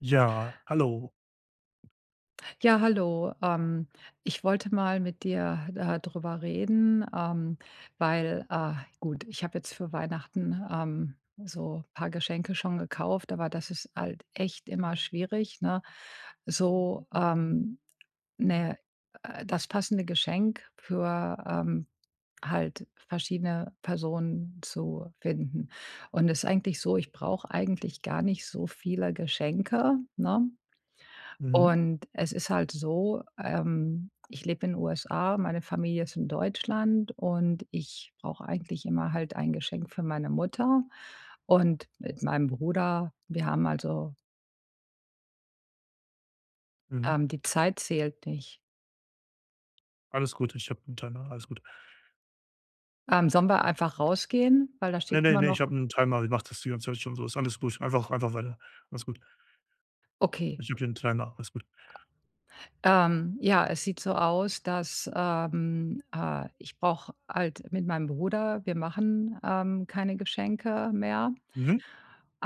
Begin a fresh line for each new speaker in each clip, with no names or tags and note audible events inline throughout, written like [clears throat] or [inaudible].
Ja, hallo.
Ja, hallo. Ich wollte mal mit dir da drüber reden, weil, gut, ich habe jetzt für Weihnachten so ein paar Geschenke schon gekauft, aber das ist halt echt immer schwierig, ne? So, ne, das passende Geschenk für halt verschiedene Personen zu finden. Und es ist eigentlich so, ich brauche eigentlich gar nicht so viele Geschenke, ne?
Mhm,
Und es ist halt so, ich lebe in USA, meine Familie ist in Deutschland und ich brauche eigentlich immer halt ein Geschenk für meine Mutter und mit meinem Bruder. Wir haben also
mhm.
die Zeit zählt nicht.
Alles gut, ich habe 'n Timer, alles gut.
Sollen wir einfach rausgehen? Weil da
Ne,
steht
ne,
immer
ne,
noch
ich habe 'n Timer, ich mache das die ganze Zeit schon so, ist alles gut. Einfach weiter. Alles gut.
okay.
Ich habe hier 'n Timer, alles gut.
Ja, es sieht so aus, dass ich brauche halt mit meinem Bruder, wir machen keine Geschenke mehr.
Mhm,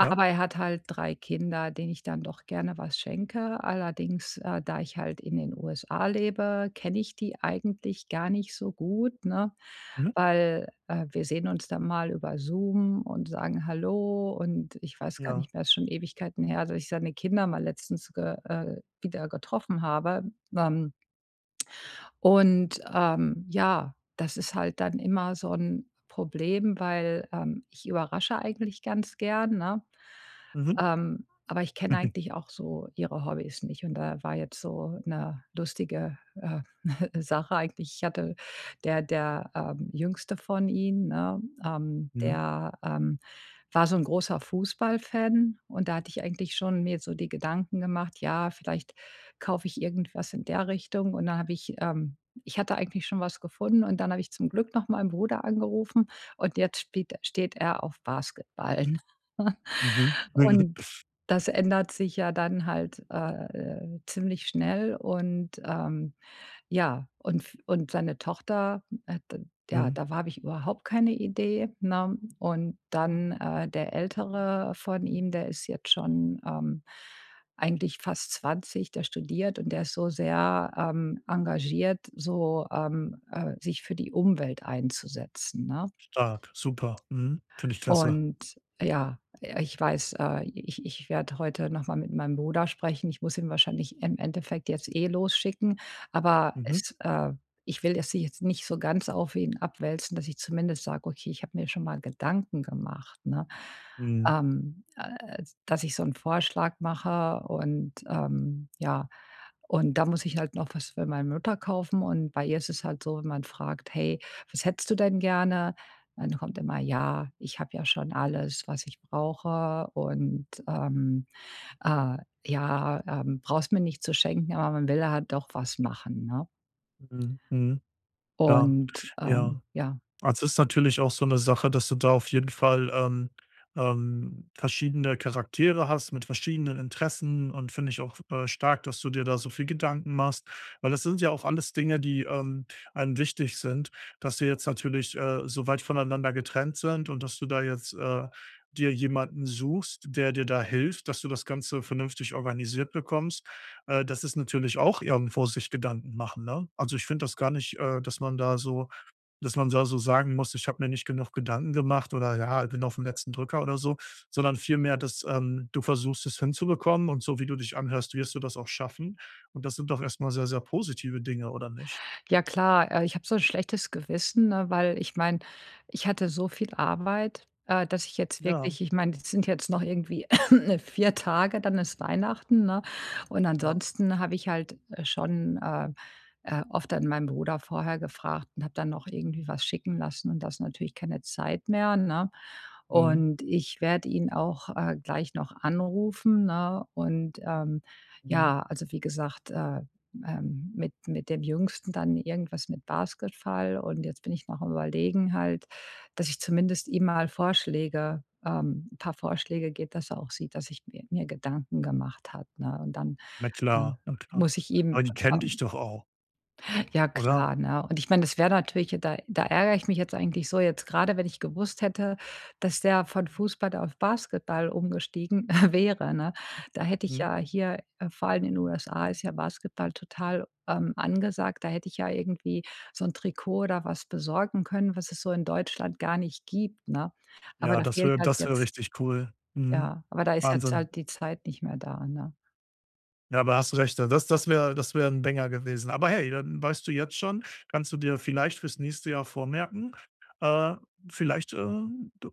ja,
er hat halt 3 Kinder, denen ich dann doch gerne was schenke. Allerdings, da ich halt in den USA lebe, kenne ich die eigentlich gar nicht so gut, ne?
mhm,
Weil, wir sehen uns dann mal über Zoom und sagen Hallo und ich weiß gar
ja,
nicht mehr, ist schon Ewigkeiten her, dass ich seine Kinder mal letztens ge wieder getroffen habe. Ähm und, ja, das ist halt dann immer so ein Problem, weil, ich überrasche eigentlich ganz gern, ne?
mhm,
Aber ich kenne
[laughs]
eigentlich auch so ihre Hobbys nicht und da war jetzt so eine lustige, [laughs] Sache eigentlich. Ich hatte Jüngste von ihnen, ne, ähm,
mhm,
der, ähm, war so ein großer Fußballfan und da hatte ich eigentlich schon mir so die Gedanken gemacht: „Ja, vielleicht" kaufe ich irgendwas in der Richtung und dann habe ich ich hatte eigentlich schon was gefunden und dann habe ich zum Glück noch meinen Bruder angerufen und jetzt spielt steht er auf Basketballen. [laughs]
mhm, mhm,
Und das ändert sich ja dann halt, ziemlich schnell und, ja, und seine Tochter, d ja,
mhm.
da habe ich überhaupt keine Idee, ne? Und dann, der Ältere von ihm, der ist jetzt schon, eigentlich fast 20, der studiert und der ist so sehr, engagiert, so, sich für die Umwelt einzusetzen, ne?
Stark, super, mhm, finde ich klasse.
Und ja, ich weiß, ich werde heute noch mal mit meinem Bruder sprechen. Ich muss ihn wahrscheinlich im Endeffekt jetzt eh losschicken, aber
Mhm,
es ich will das jetzt nicht so ganz auf ihn abwälzen, dass ich zumindest sage: „Okay, ich habe mir schon mal Gedanken gemacht", ne?
mhm,
Dass ich so einen Vorschlag mache und, ja, und da muss ich halt noch was für meine Mutter kaufen und bei ihr ist es halt so, wenn man fragt: „Hey, was hättest du denn gerne?" dann kommt immer: „Ja, ich habe ja schon alles, was ich brauche und, äh, ja, brauchst mir nicht zu schenken, aber man will halt doch was machen", ne?
mhm, mhm, ja,
Und,
ja.
ja.
Also, es ist natürlich auch so eine Sache, dass du da auf jeden Fall, verschiedene Charaktere hast mit verschiedenen Interessen, und finde ich auch, stark, dass du dir da so viel Gedanken machst, weil das sind ja auch alles Dinge, die, einem wichtig sind, dass sie jetzt natürlich, so weit voneinander getrennt sind, und dass du da jetzt, dir jemanden suchst, der dir da hilft, dass du das Ganze vernünftig organisiert bekommst. Das ist natürlich auch irgendwo sich Gedanken machen, ne? Also, ich finde das gar nicht, dass man da so dass man da so sagen muss: „Ich habe mir nicht genug Gedanken gemacht“ oder „Ja, bin aufm letzten Drücker“ oder so, sondern vielmehr, dass, du versuchst, es hinzubekommen, und so wie du dich anhörst, wirst du das auch schaffen. Und das sind doch erstmal sehr, sehr positive Dinge, oder nicht?
Ja klar, ich habe so 'n schlechtes Gewissen, ne, weil ich meine, ich hatte so viel Arbeit, dass ich jetzt
Ja,
wirklich, ich meine, das sind jetzt noch irgendwie [laughs] ne, 4 Tage, dann ist Weihnachten, ne? Und
ja.
ansonsten habe ich halt, schon, oft dann meinen Bruder vorher gefragt und habe dann noch irgendwie was schicken lassen und da ist natürlich keine Zeit mehr, ne?
Mhm,
Und ich werde ihn auch, gleich noch anrufen, ne? Und,
mhm.
ja, also wie gesagt, mit dem Jüngsten dann irgendwas mit Basketball und jetzt bin ich noch am Überlegen halt, dass ich zumindest ihm mal Vorschläge, 'n paar Vorschläge geht, dass er auch sieht, dass ich mir Gedanken gemacht hat, ne? Und dann,
Na
ähm,
klar, na klar.
muss ich ihm,
Aber die kennen dich
ähm
doch auch,
ja
oder?
klar, ne? Und ich meine, das wäre natürlich da da ärgere ich mich jetzt eigentlich so jetzt gerade, wenn ich gewusst hätte, dass der von Fußball auf Basketball umgestiegen [laughs] wäre, ne? Da hätte ich
Mhm.
ja hier, vor allem in den USA ist ja Basketball total, angesagt. Da hätte ich ja irgendwie so ein Trikot oder was besorgen können, was es so in Deutschland gar nicht gibt, ne? Aber
Ja,
da fehlt halt
das wäre
jetzt,
richtig cool. Mhm.
ja, aber da ist jetzt
Wahnsinn.
halt die Zeit nicht mehr da, ne?
Ja, aber hast recht, ne? Das wäre das wäre ein Banger gewesen. Aber hey, dann weißt du jetzt schon, kannst du dir vielleicht fürs nächste Jahr vormerken, äh, vielleicht,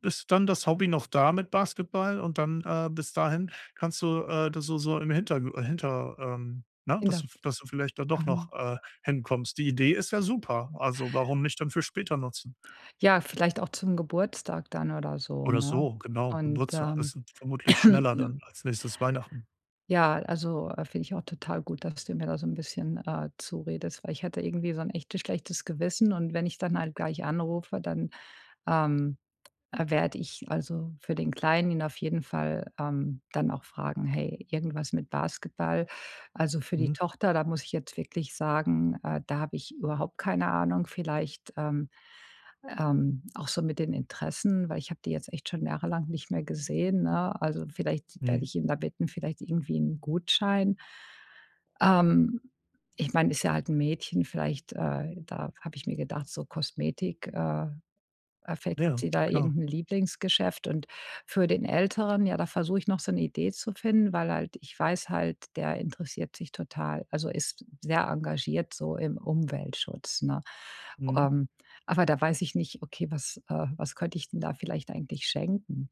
ist dann das Hobby noch da mit Basketball, und dann, bis dahin kannst du, das so im Hinter, ne,
Kinder
dass du vielleicht da doch
mhm.
noch, hinkommst. Die Idee ist ja super. Also, warum nicht dann für später nutzen?
Ja, vielleicht auch zum Geburtstag dann oder so,
Oder
ne?
so, genau,
Und,
Geburtstag. Das ist vermutlich schneller dann
[clears throat]
als nächstes Weihnachten.
ja, also, finde ich auch total gut, dass du mir da so ein bisschen, zuredest, weil ich hatte irgendwie so ein echtes schlechtes Gewissen, und wenn ich dann halt gleich anrufe, dann, ähm werde ich also für den Kleinen ihn auf jeden Fall, dann auch fragen: „Hey, irgendwas mit Basketball?" Also, für die
Mhm,
Tochter, da muss ich jetzt wirklich sagen, da habe ich überhaupt keine Ahnung. Vielleicht, auch so mit den Interessen, weil ich habe die jetzt echt schon jahrelang nicht mehr gesehen, ne? Also, vielleicht werde
mhm.
ich ihn da bitten, vielleicht irgendwie einen Gutschein. Ähm, ich meine, ist ja halt ein Mädchen, vielleicht, da habe ich mir gedacht, so Kosmetik, vielleicht hat
Ja,
sie da
klar.
irgendein Lieblingsgeschäft. Und für den Älteren, ja, da versuche ich noch so eine Idee zu finden, weil halt ich weiß halt, der interessiert sich total, also, ist sehr engagiert so im Umweltschutz, ne?
Mhm.
Ähm, aber da weiß ich nicht, okay, was, was könnte ich denn da vielleicht eigentlich schenken?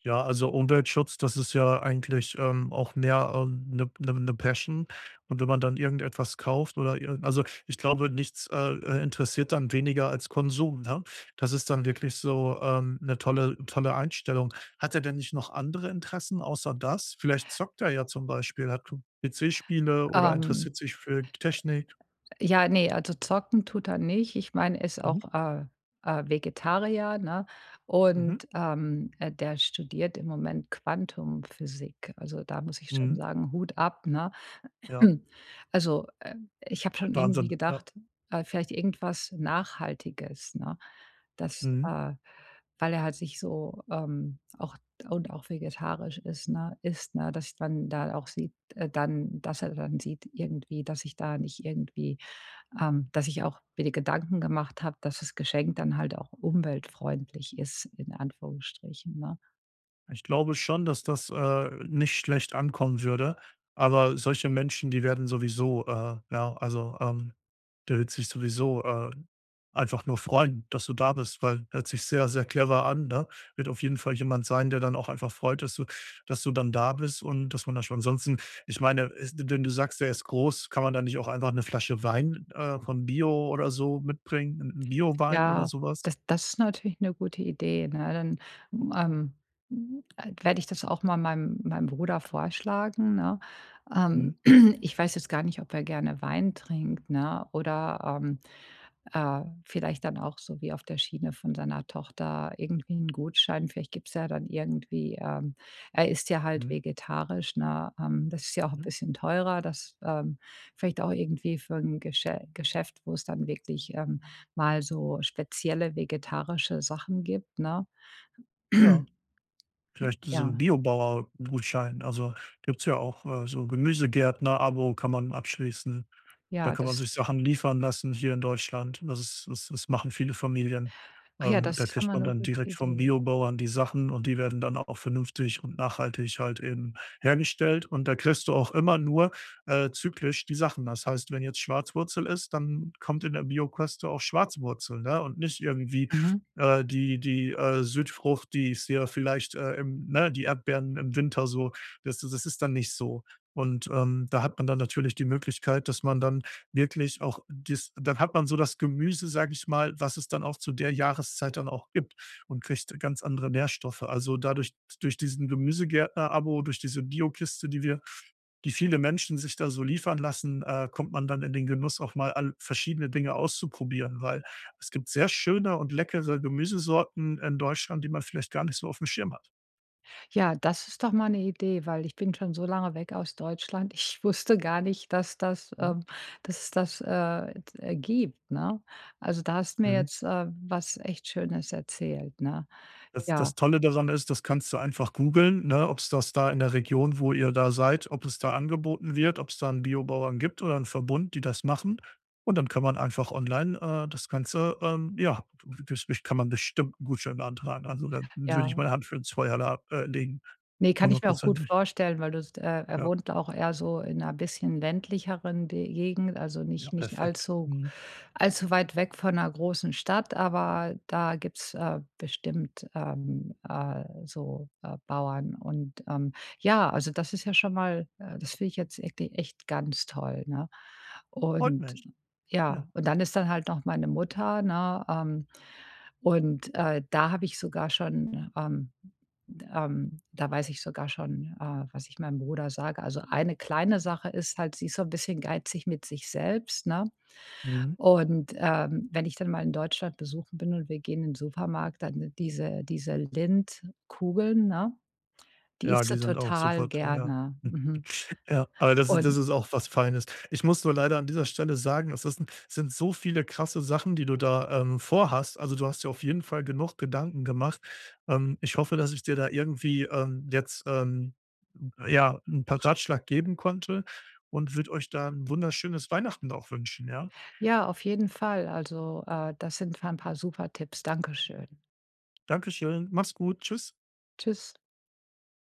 Ja, also Umweltschutz, das ist ja eigentlich, auch mehr, eine 'ne Passion. Und wenn man dann irgendetwas kauft oder irgend, also, ich glaube, nichts, interessiert dann weniger als Konsum, ne? Das ist dann wirklich so, 'ne tolle Einstellung. Hat er denn nicht noch andere Interessen außer das? Vielleicht zockt er ja zum Beispiel, hat p PC-Spiele, oder
Ähm
interessiert sich für Technik.
Ja, ne, also zocken tut er nicht. Ich meine, er ist auch,
Mhm,
Vegetarier, ne?
mhm,
Und, der studiert im Moment Quantumphysik. Also, da muss ich schon
mhm,
sagen, Hut ab, ne?
ja.
[clears throat] Also, ich habe schon irgendwie
Wahnsinn, ja.
gedacht, vielleicht irgendwas Nachhaltiges, ne? Das,
Mhm.
weil er halt sich so, auch und auch vegetarisch ist, ne, ist, ne, dass man da auch sieht, dann, dass er dann sieht irgendwie, dass ich da nicht irgendwie, dass ich auch mir die Gedanken gemacht habe, dass das Geschenk dann halt auch umweltfreundlich ist, in Anführungsstrichen, ne?
Ich glaube schon, dass das, nicht schlecht ankommen würde, aber solche Menschen, die werden sowieso, äh, ja, also, der wird sich sowieso, einfach nur freuen, dass du da bist, weil, hört sich sehr, sehr clever an, ne? Wird auf jeden Fall jemand sein, der dann auch einfach freut, dass du dann da bist, und dass man da schon ansonsten, ich meine, es, wenn du sagst, der ist groß, kann man da nicht auch einfach eine Flasche Wein, von Bio oder so mitbringen, ein Bio Wein oder
Ja,
sowas? Was?
das ist natürlich eine gute Idee, ne? Dann, werde ich das auch mal meinem Bruder vorschlagen, ne? Ähm,
Mhm,
[clears throat] ich weiß jetzt gar nicht, ob er gerne Wein trinkt, ne? Oder, vielleicht dann auch so wie auf der Schiene von seiner Tochter irgendwie einen Gutschein. Vielleicht gibt's ja dann irgendwie, er ist ja halt
mhm,
vegetarisch, ne? Das ist ja auch ein
mhm.
bisschen teurer, das, vielleicht auch irgendwie für ein Geschäft, wo es dann wirklich, mal so spezielle vegetarische Sachen gibt, ne?
Ja.
[clears throat]
Vielleicht so ein
Ja,
Biobauer-Gutschein. Also, gibt's ja auch, so Gemüsegärtner-Abo kann man abschließen. Da
ja,
kann man
das
sich Sachen liefern lassen hier in Deutschland. Das ist das, machen viele Familien.
ach ja, das
Da
ist
kriegt
immer
man
eine
dann
gute
direkt vom
Idee.
Biobauern die Sachen, und die werden dann auch vernünftig und nachhaltig halt eben hergestellt. Und da kriegst du auch immer nur, zyklisch die Sachen. Das heißt, wenn jetzt Schwarzwurzel ist, dann kommt in der Biokost auch Schwarzwurzel, ne, und nicht irgendwie,
Mhm.
die Südfrucht, die ist ja vielleicht, im, ne, die Erdbeeren im Winter so. Das ist dann nicht so. Und, da hat man dann natürlich die Möglichkeit, dass man dann wirklich auch das, dann hat man so das Gemüse, sage ich mal, was es dann auch zu der Jahreszeit dann auch gibt, und kriegt ganz andere Nährstoffe. Also, dadurch, durch diesen Gemüsegärtner-Abo, durch diese Biokiste, die viele Menschen sich da so liefern lassen, kommt man dann in den Genuss, auch mal all verschiedene Dinge auszuprobieren, weil es gibt sehr schöne und leckere Gemüsesorten in Deutschland, die man vielleicht gar nicht so auf dem Schirm hat.
Ja, das ist doch mal eine Idee, weil ich bin schon so lange weg aus Deutschland. Ich wusste gar nicht, dass das,
Mhm.
dass es das, gibt, ne? Also, da hast du mir
Mhm.
jetzt, was echt Schönes erzählt, ne?
Das
Ja,
Tolle daran ist, das kannst du einfach googeln, ne, ob es das da in der Region, wo ihr da seid, ob es da angeboten wird, ob es da 'n Biobauern gibt oder einen Verbund, die das machen. Und dann kann man einfach online, das Ganze, ja, das kann man bestimmt 'n Gutschein beantragen. Also, da würde ich
ja.
meine Hand für ins Feuer la legen,
Ne, kann ich mir auch gut
hundertprozentig.
vorstellen, weil du s er
Ja,
wohnt auch eher so in einer bisschen ländlicheren De Gegend, also
ja,
nicht
perfekt. Mhm.
allzu weit weg von einer großen Stadt, aber da gibt's, bestimmt, so, Bauern und, ja, also das ist ja schon mal, das finde ich jetzt ekti echt ganz toll, ne?
Freut
Und
mich. Ja.
ja, und dann ist dann halt noch meine Mutter, ne, und, da habe ich sogar schon, da weiß ich sogar schon, was ich meinem Bruder sage. Also, eine kleine Sache ist halt, sie ist so ein bisschen geizig mit sich selbst, ne?
Mhm.
Und, wenn ich dann mal in Deutschland besuchen bin und wir gehen in den Supermarkt, dann diese Lindkugeln, ne, die
Ja,
isst
die
sie
sind auch
total
super teuer.
gerne.
[laughs]
Mhm.
Ja, aber das
Und
ist auch was Feines. Ich muss nur leider an dieser Stelle sagen, es ist, sind so viele krasse Sachen, die du da, vorhast. Also, du hast ja auf jeden Fall genug Gedanken gemacht. Ich hoffe, dass ich dir da irgendwie, jetzt, ja, ein paar Ratschlag geben konnte, und würde euch da 'n wunderschönes Weihnachten auch wünschen, ja?
ja, auf jeden Fall. Also, das sind pa 'n paar super Tipps. Dankeschön.
Dankeschön, mach's gut, tschüss.
Tschüss.